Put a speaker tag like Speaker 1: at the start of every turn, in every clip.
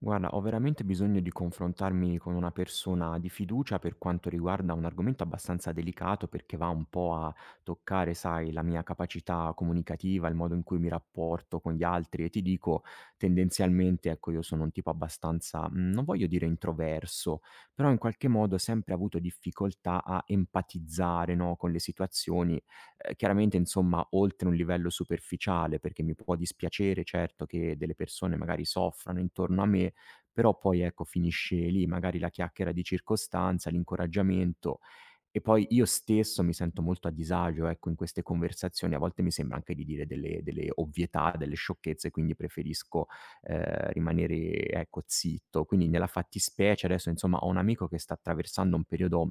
Speaker 1: Guarda, ho veramente bisogno di confrontarmi con una persona di fiducia per quanto riguarda un argomento abbastanza delicato perché va un po' a toccare, sai, la mia capacità comunicativa, il modo in cui mi rapporto con gli altri e ti dico, tendenzialmente, ecco, io sono un tipo abbastanza, non voglio dire introverso, però in qualche modo ho sempre avuto difficoltà a empatizzare, no, con le situazioni, chiaramente, insomma, oltre un livello superficiale perché mi può dispiacere, certo, che delle persone magari soffrano intorno a me, però poi ecco finisce lì, magari la chiacchiera di circostanza, l'incoraggiamento. E poi io stesso mi sento molto a disagio ecco in queste conversazioni, a volte mi sembra anche di dire delle ovvietà, delle sciocchezze, quindi preferisco, rimanere ecco zitto. Quindi nella fattispecie adesso insomma ho un amico che sta attraversando un periodo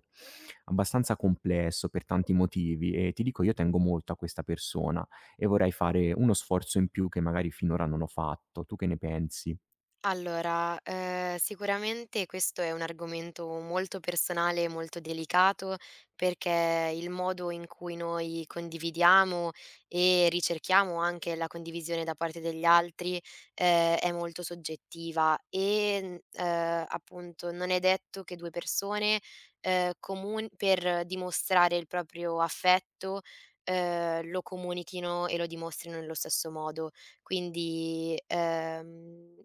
Speaker 1: abbastanza complesso per tanti motivi e ti dico io tengo molto a questa persona e vorrei fare uno sforzo in più che magari finora non ho fatto. Tu che ne pensi?
Speaker 2: Allora, sicuramente questo è un argomento molto personale e molto delicato, perché il modo in cui noi condividiamo e ricerchiamo anche la condivisione da parte degli altri, è molto soggettiva e, n appunto non è detto che 2 persone, comun per dimostrare il proprio affetto, lo comunichino e lo dimostrino nello stesso modo. Quindi.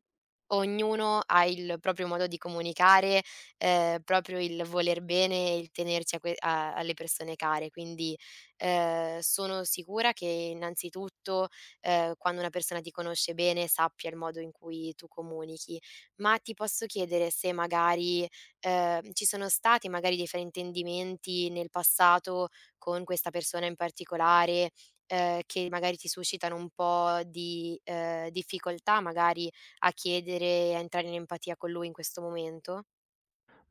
Speaker 2: Ognuno ha il proprio modo di comunicare, proprio il voler bene e il tenersi a que a alle persone care. Quindi, sono sicura che innanzitutto, quando una persona ti conosce bene sappia il modo in cui tu comunichi. Ma ti posso chiedere se magari, ci sono stati magari dei fraintendimenti nel passato con questa persona in particolare, che magari ti suscitano un po' di, difficoltà magari a chiedere, a entrare in empatia con lui in questo momento?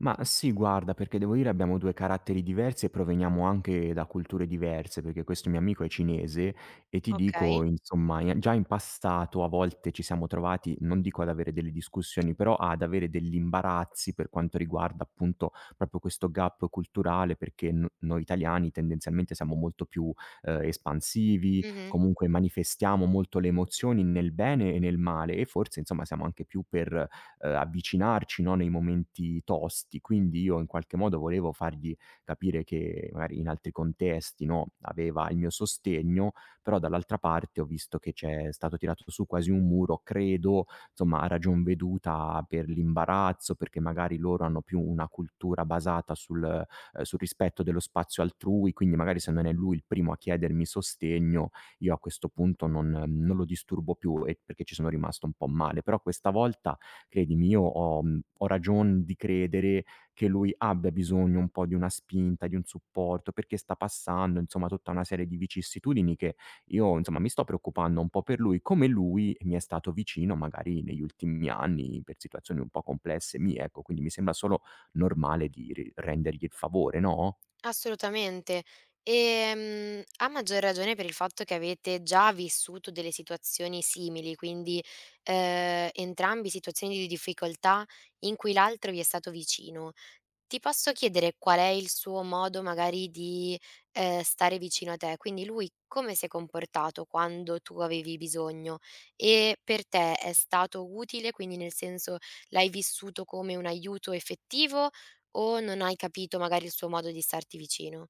Speaker 1: Ma sì, guarda, perché devo dire abbiamo 2 caratteri diversi e proveniamo anche da culture diverse, perché questo mio amico è cinese e ti dico,
Speaker 2: Okay.
Speaker 1: insomma, in già in passato a volte ci siamo trovati, non dico ad avere delle discussioni, però ad avere degli imbarazzi per quanto riguarda, appunto, proprio questo gap culturale, perché n noi italiani tendenzialmente siamo molto più, espansivi,
Speaker 2: Mh-mh.
Speaker 1: comunque manifestiamo molto le emozioni nel bene e nel male e forse, insomma, siamo anche più per avvicinarci, no, nei momenti tosti. Quindi io in qualche modo volevo fargli capire che magari in altri contesti, no, aveva il mio sostegno, però dall'altra parte ho visto che c'è stato tirato su quasi un muro, credo, insomma a ragion veduta per l'imbarazzo, perché magari loro hanno più una cultura basata sul rispetto dello spazio altrui, quindi magari se non è lui il primo a chiedermi sostegno, io a questo punto non lo disturbo più e perché ci sono rimasto un po' male. Però questa volta credimi, io ho ragion di credere che lui abbia bisogno un po' di una spinta, di un supporto, perché sta passando, insomma, tutta una serie di vicissitudini che io, insomma, mi sto preoccupando un po' per lui, come lui mi è stato vicino magari negli ultimi anni per situazioni un po' complesse mie, ecco. Quindi mi sembra solo normale di ri rendergli il favore, no?
Speaker 2: Assolutamente. A maggior ragione per il fatto che avete già vissuto delle situazioni simili, quindi, entrambi situazioni di difficoltà in cui l'altro vi è stato vicino. Ti posso chiedere qual è il suo modo magari di, stare vicino a te? Quindi lui come si è comportato quando tu avevi bisogno? E per te è stato utile, quindi nel senso l'hai vissuto come un aiuto effettivo o non hai capito magari il suo modo di starti vicino?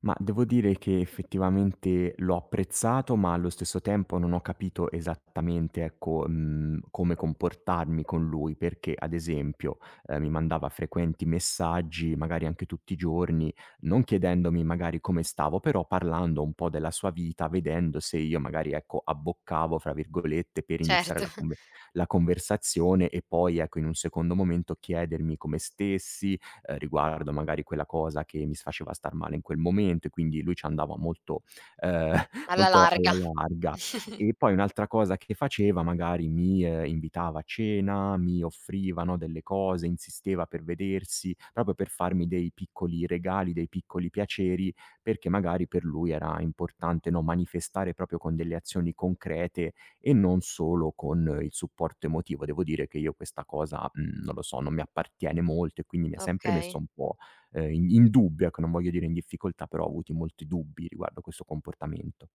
Speaker 1: Ma devo dire che effettivamente l'ho apprezzato, ma allo stesso tempo non ho capito esattamente, ecco, come comportarmi con lui, perché ad esempio, mi mandava frequenti messaggi, magari anche tutti i giorni, non chiedendomi magari come stavo, però parlando un po' della sua vita, vedendo se io magari, ecco, "abboccavo" fra virgolette per iniziare
Speaker 2: Certo,
Speaker 1: la conve la conversazione e poi, ecco, in un secondo momento chiedermi come stessi, riguardo magari quella cosa che mi s faceva star male in quel momento e quindi lui ci andava molto ehm,
Speaker 2: alla
Speaker 1: molto
Speaker 2: larga.
Speaker 1: alla larga. E poi un'altra cosa che faceva magari invitava a cena, mi offriva, no, delle cose, insisteva per vedersi, proprio per farmi dei piccoli regali, dei piccoli piaceri, perché magari per lui era importante, no, manifestare proprio con delle azioni concrete e non solo con il supporto emotivo. Devo dire che io questa cosa, non lo so, non mi appartiene molto e quindi mi ha sempre
Speaker 2: Okay.
Speaker 1: messo un po', in dubbio, ecco, non voglio dire in difficoltà, però ho avuti molti dubbi riguardo questo comportamento.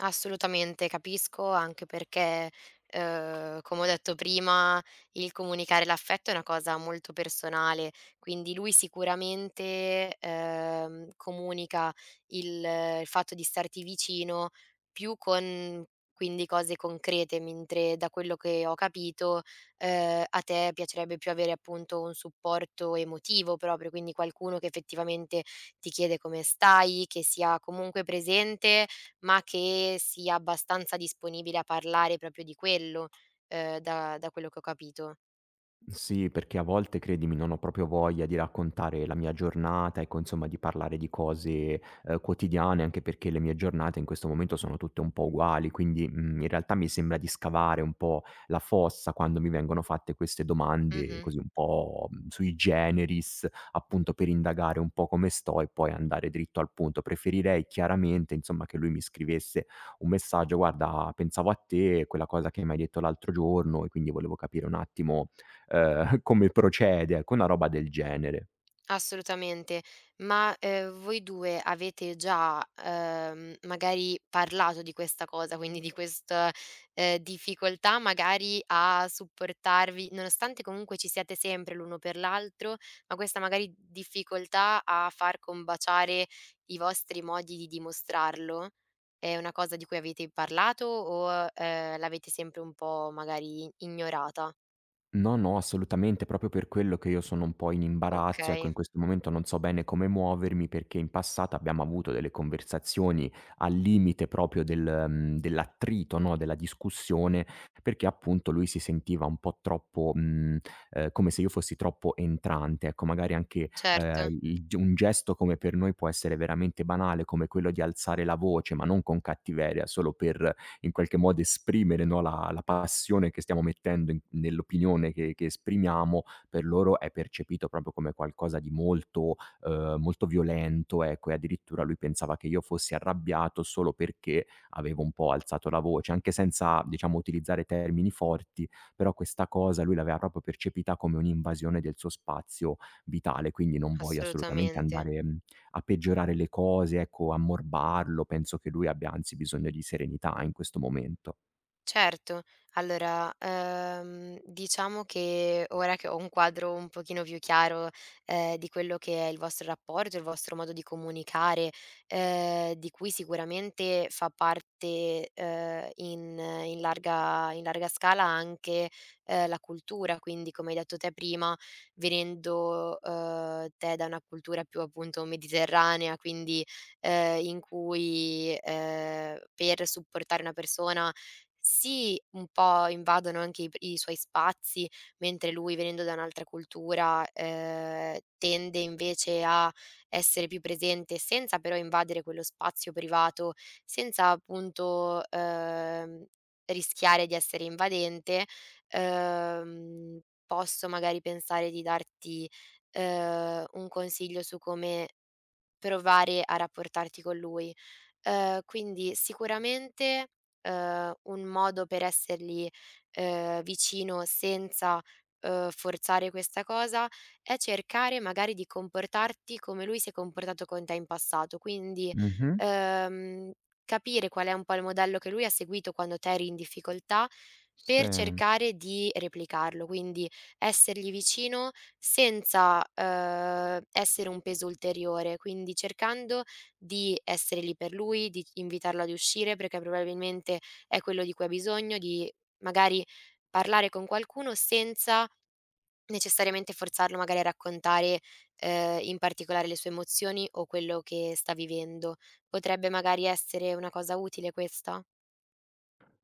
Speaker 2: Assolutamente, capisco, anche perché, come ho detto prima, il comunicare l'affetto è una cosa molto personale, quindi lui sicuramente, comunica il il fatto di starti vicino più con quindi cose concrete, mentre da quello che ho capito, a te piacerebbe più avere appunto un supporto emotivo proprio, quindi qualcuno che effettivamente ti chiede come stai, che sia comunque presente ma che sia abbastanza disponibile a parlare proprio di quello, da quello che ho capito.
Speaker 1: Sì, perché a volte credimi non ho proprio voglia di raccontare la mia giornata, ecco insomma di parlare di cose, quotidiane, anche perché le mie giornate in questo momento sono tutte un po' uguali, quindi, in realtà mi sembra di scavare un po' la fossa quando mi vengono fatte queste domande
Speaker 2: Mh-mh.
Speaker 1: così un po', sui generis, appunto per indagare un po' come sto e poi andare dritto al punto. Preferirei chiaramente insomma che lui mi scrivesse un messaggio: "Guarda pensavo a te, quella cosa che mi hai detto l'altro giorno e quindi volevo capire un attimo come procede", ecco, una roba del genere.
Speaker 2: Assolutamente. Ma, voi 2 avete già, magari parlato di questa cosa, quindi di questa, difficoltà magari a supportarvi nonostante comunque ci siate sempre l'uno per l'altro, ma questa magari difficoltà a far combaciare i vostri modi di dimostrarlo, è una cosa di cui avete parlato o, l'avete sempre un po' magari ignorata?
Speaker 1: No, no, assolutamente, proprio per quello che io sono un po' in imbarazzo, ecco,
Speaker 2: Okay,
Speaker 1: in questo momento non so bene come muovermi, perché in passato abbiamo avuto delle conversazioni al limite proprio del dell'attrito, no, della discussione, perché appunto lui si sentiva un po' troppo come se io fossi troppo entrante, ecco, magari anche,
Speaker 2: certo,
Speaker 1: il g un gesto come per noi può essere veramente banale, come quello di alzare la voce, ma non con cattiveria, solo per in qualche modo esprimere, no, la passione che stiamo mettendo in nell'opinione che esprimiamo, per loro è percepito proprio come qualcosa di molto, molto violento, ecco, e addirittura lui pensava che io fossi arrabbiato solo perché avevo un po' alzato la voce, anche senza, diciamo, utilizzare termini forti, però questa cosa lui l'aveva proprio percepita come un'invasione del suo spazio vitale, quindi non voglio assolutamente
Speaker 2: assolutamente.
Speaker 1: andare a peggiorare le cose, ecco, a morbarlo. Penso che lui abbia anzi bisogno di serenità in questo momento.
Speaker 2: Certo, allora, diciamo che ora che ho un quadro un pochino più chiaro, di quello che è il vostro rapporto, il vostro modo di comunicare, di cui sicuramente fa parte, in larga scala anche, la cultura, quindi come hai detto te prima, venendo, te da una cultura più appunto mediterranea, quindi, in cui, per supportare una persona sì, un po' invadono anche i suoi spazi, mentre lui venendo da un'altra cultura, tende invece a essere più presente senza però invadere quello spazio privato, senza appunto, rischiare di essere invadente, ehm, posso magari pensare di darti, un consiglio su come provare a rapportarti con lui. Quindi sicuramente, un modo per essergli, vicino senza, forzare questa cosa è cercare magari di comportarti come lui si è comportato con te in passato. Quindi,
Speaker 1: Mh-mh.
Speaker 2: ehm, capire qual è un po' il modello che lui ha seguito quando te eri in difficoltà per
Speaker 1: Sì.
Speaker 2: cercare di replicarlo, quindi essergli vicino senza, essere un peso ulteriore, quindi cercando di essere lì per lui, di invitarlo ad uscire perché probabilmente è quello di cui ha bisogno, di magari parlare con qualcuno senza necessariamente forzarlo magari a raccontare, in particolare le sue emozioni o quello che sta vivendo. Potrebbe magari essere una cosa utile questa?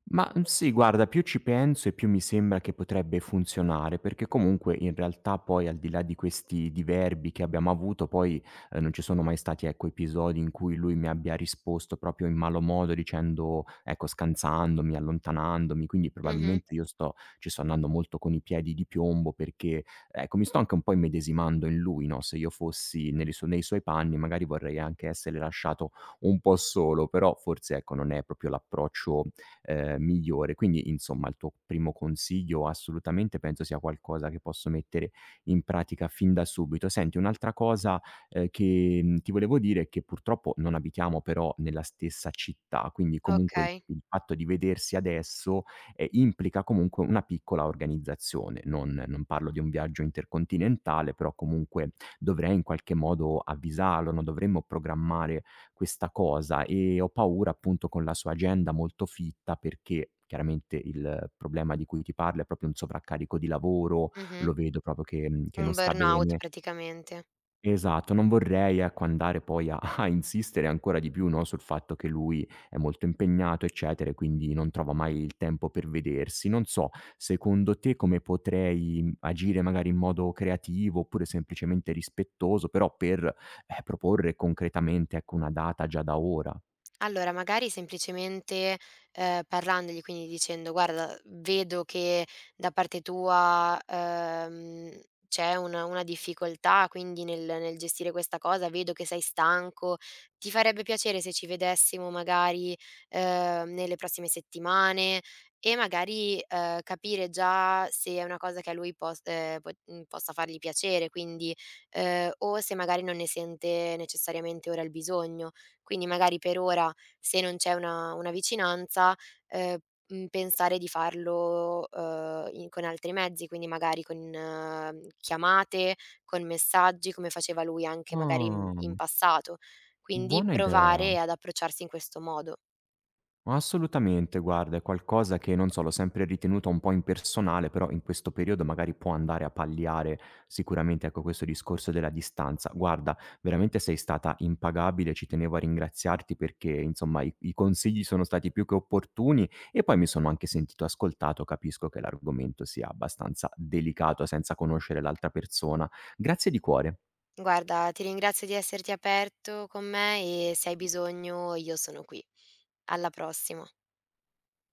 Speaker 1: Ma, sì, guarda, più ci penso e più mi sembra che potrebbe funzionare, perché comunque in realtà poi al di là di questi diverbi che abbiamo avuto, poi, non ci sono mai stati, ecco, episodi in cui lui mi abbia risposto proprio in malo modo dicendo ecco, scansandomi, allontanandomi, quindi
Speaker 2: Mh-mh,
Speaker 1: probabilmente io sto ci sto andando molto con i piedi di piombo perché, ecco, mi sto anche un po' immedesimando in lui, no, se io fossi nelle su nei suoi panni magari vorrei anche essere lasciato un po' solo, però forse, ecco, non è proprio l'approccio migliore. Quindi, insomma, il tuo primo consiglio assolutamente penso sia qualcosa che posso mettere in pratica fin da subito. Senti, un'altra cosa, che, ti volevo dire è che purtroppo non abitiamo però nella stessa città, quindi comunque il
Speaker 2: okay,
Speaker 1: il fatto di vedersi adesso, implica comunque una piccola organizzazione. Non parlo di un viaggio intercontinentale, però comunque dovrei in qualche modo avvisarlo, no, dovremmo programmare questa cosa e ho paura appunto con la sua agenda molto fitta perché chiaramente il problema di cui ti parlo è proprio un sovraccarico di lavoro,
Speaker 2: mh-mh.
Speaker 1: lo vedo proprio che
Speaker 2: Un
Speaker 1: non sta
Speaker 2: burnout
Speaker 1: bene.
Speaker 2: praticamente.
Speaker 1: Esatto, non vorrei, ecco, andare poi a insistere ancora di più, no, sul fatto che lui è molto impegnato, eccetera, e quindi non trova mai il tempo per vedersi. Non so, secondo te come potrei, agire magari in modo creativo oppure semplicemente rispettoso, però per, proporre concretamente, ecco, una data già da ora?
Speaker 2: Allora, magari semplicemente, parlandogli, quindi dicendo: "Guarda, vedo che da parte tua, c'è una difficoltà, quindi nel gestire questa cosa, vedo che sei stanco. Ti farebbe piacere se ci vedessimo magari, nelle prossime settimane?" E magari, capire già se è una cosa che a lui possa fargli piacere, quindi o se magari non ne sente necessariamente ora il bisogno. Quindi magari per ora se non c'è una vicinanza, ehm, pensare di farlo, in con altri mezzi, quindi magari con chiamate, con messaggi, come faceva lui anche magari in
Speaker 1: Ah,
Speaker 2: in passato. Quindi
Speaker 1: buona idea.
Speaker 2: provare ad approcciarsi in questo modo.
Speaker 1: Assolutamente, guarda, è qualcosa che non so, l'ho sempre ritenuta un po' impersonale, però in questo periodo magari può andare a palliare sicuramente, ecco, questo discorso della distanza. Guarda, veramente sei stata impagabile, ci tenevo a ringraziarti perché, insomma, i consigli sono stati più che opportuni e poi mi sono anche sentito ascoltato, capisco che l'argomento sia abbastanza delicato senza conoscere l'altra persona. Grazie di cuore.
Speaker 2: Guarda, ti ringrazio di esserti aperto con me e se hai bisogno io sono qui. Alla prossima.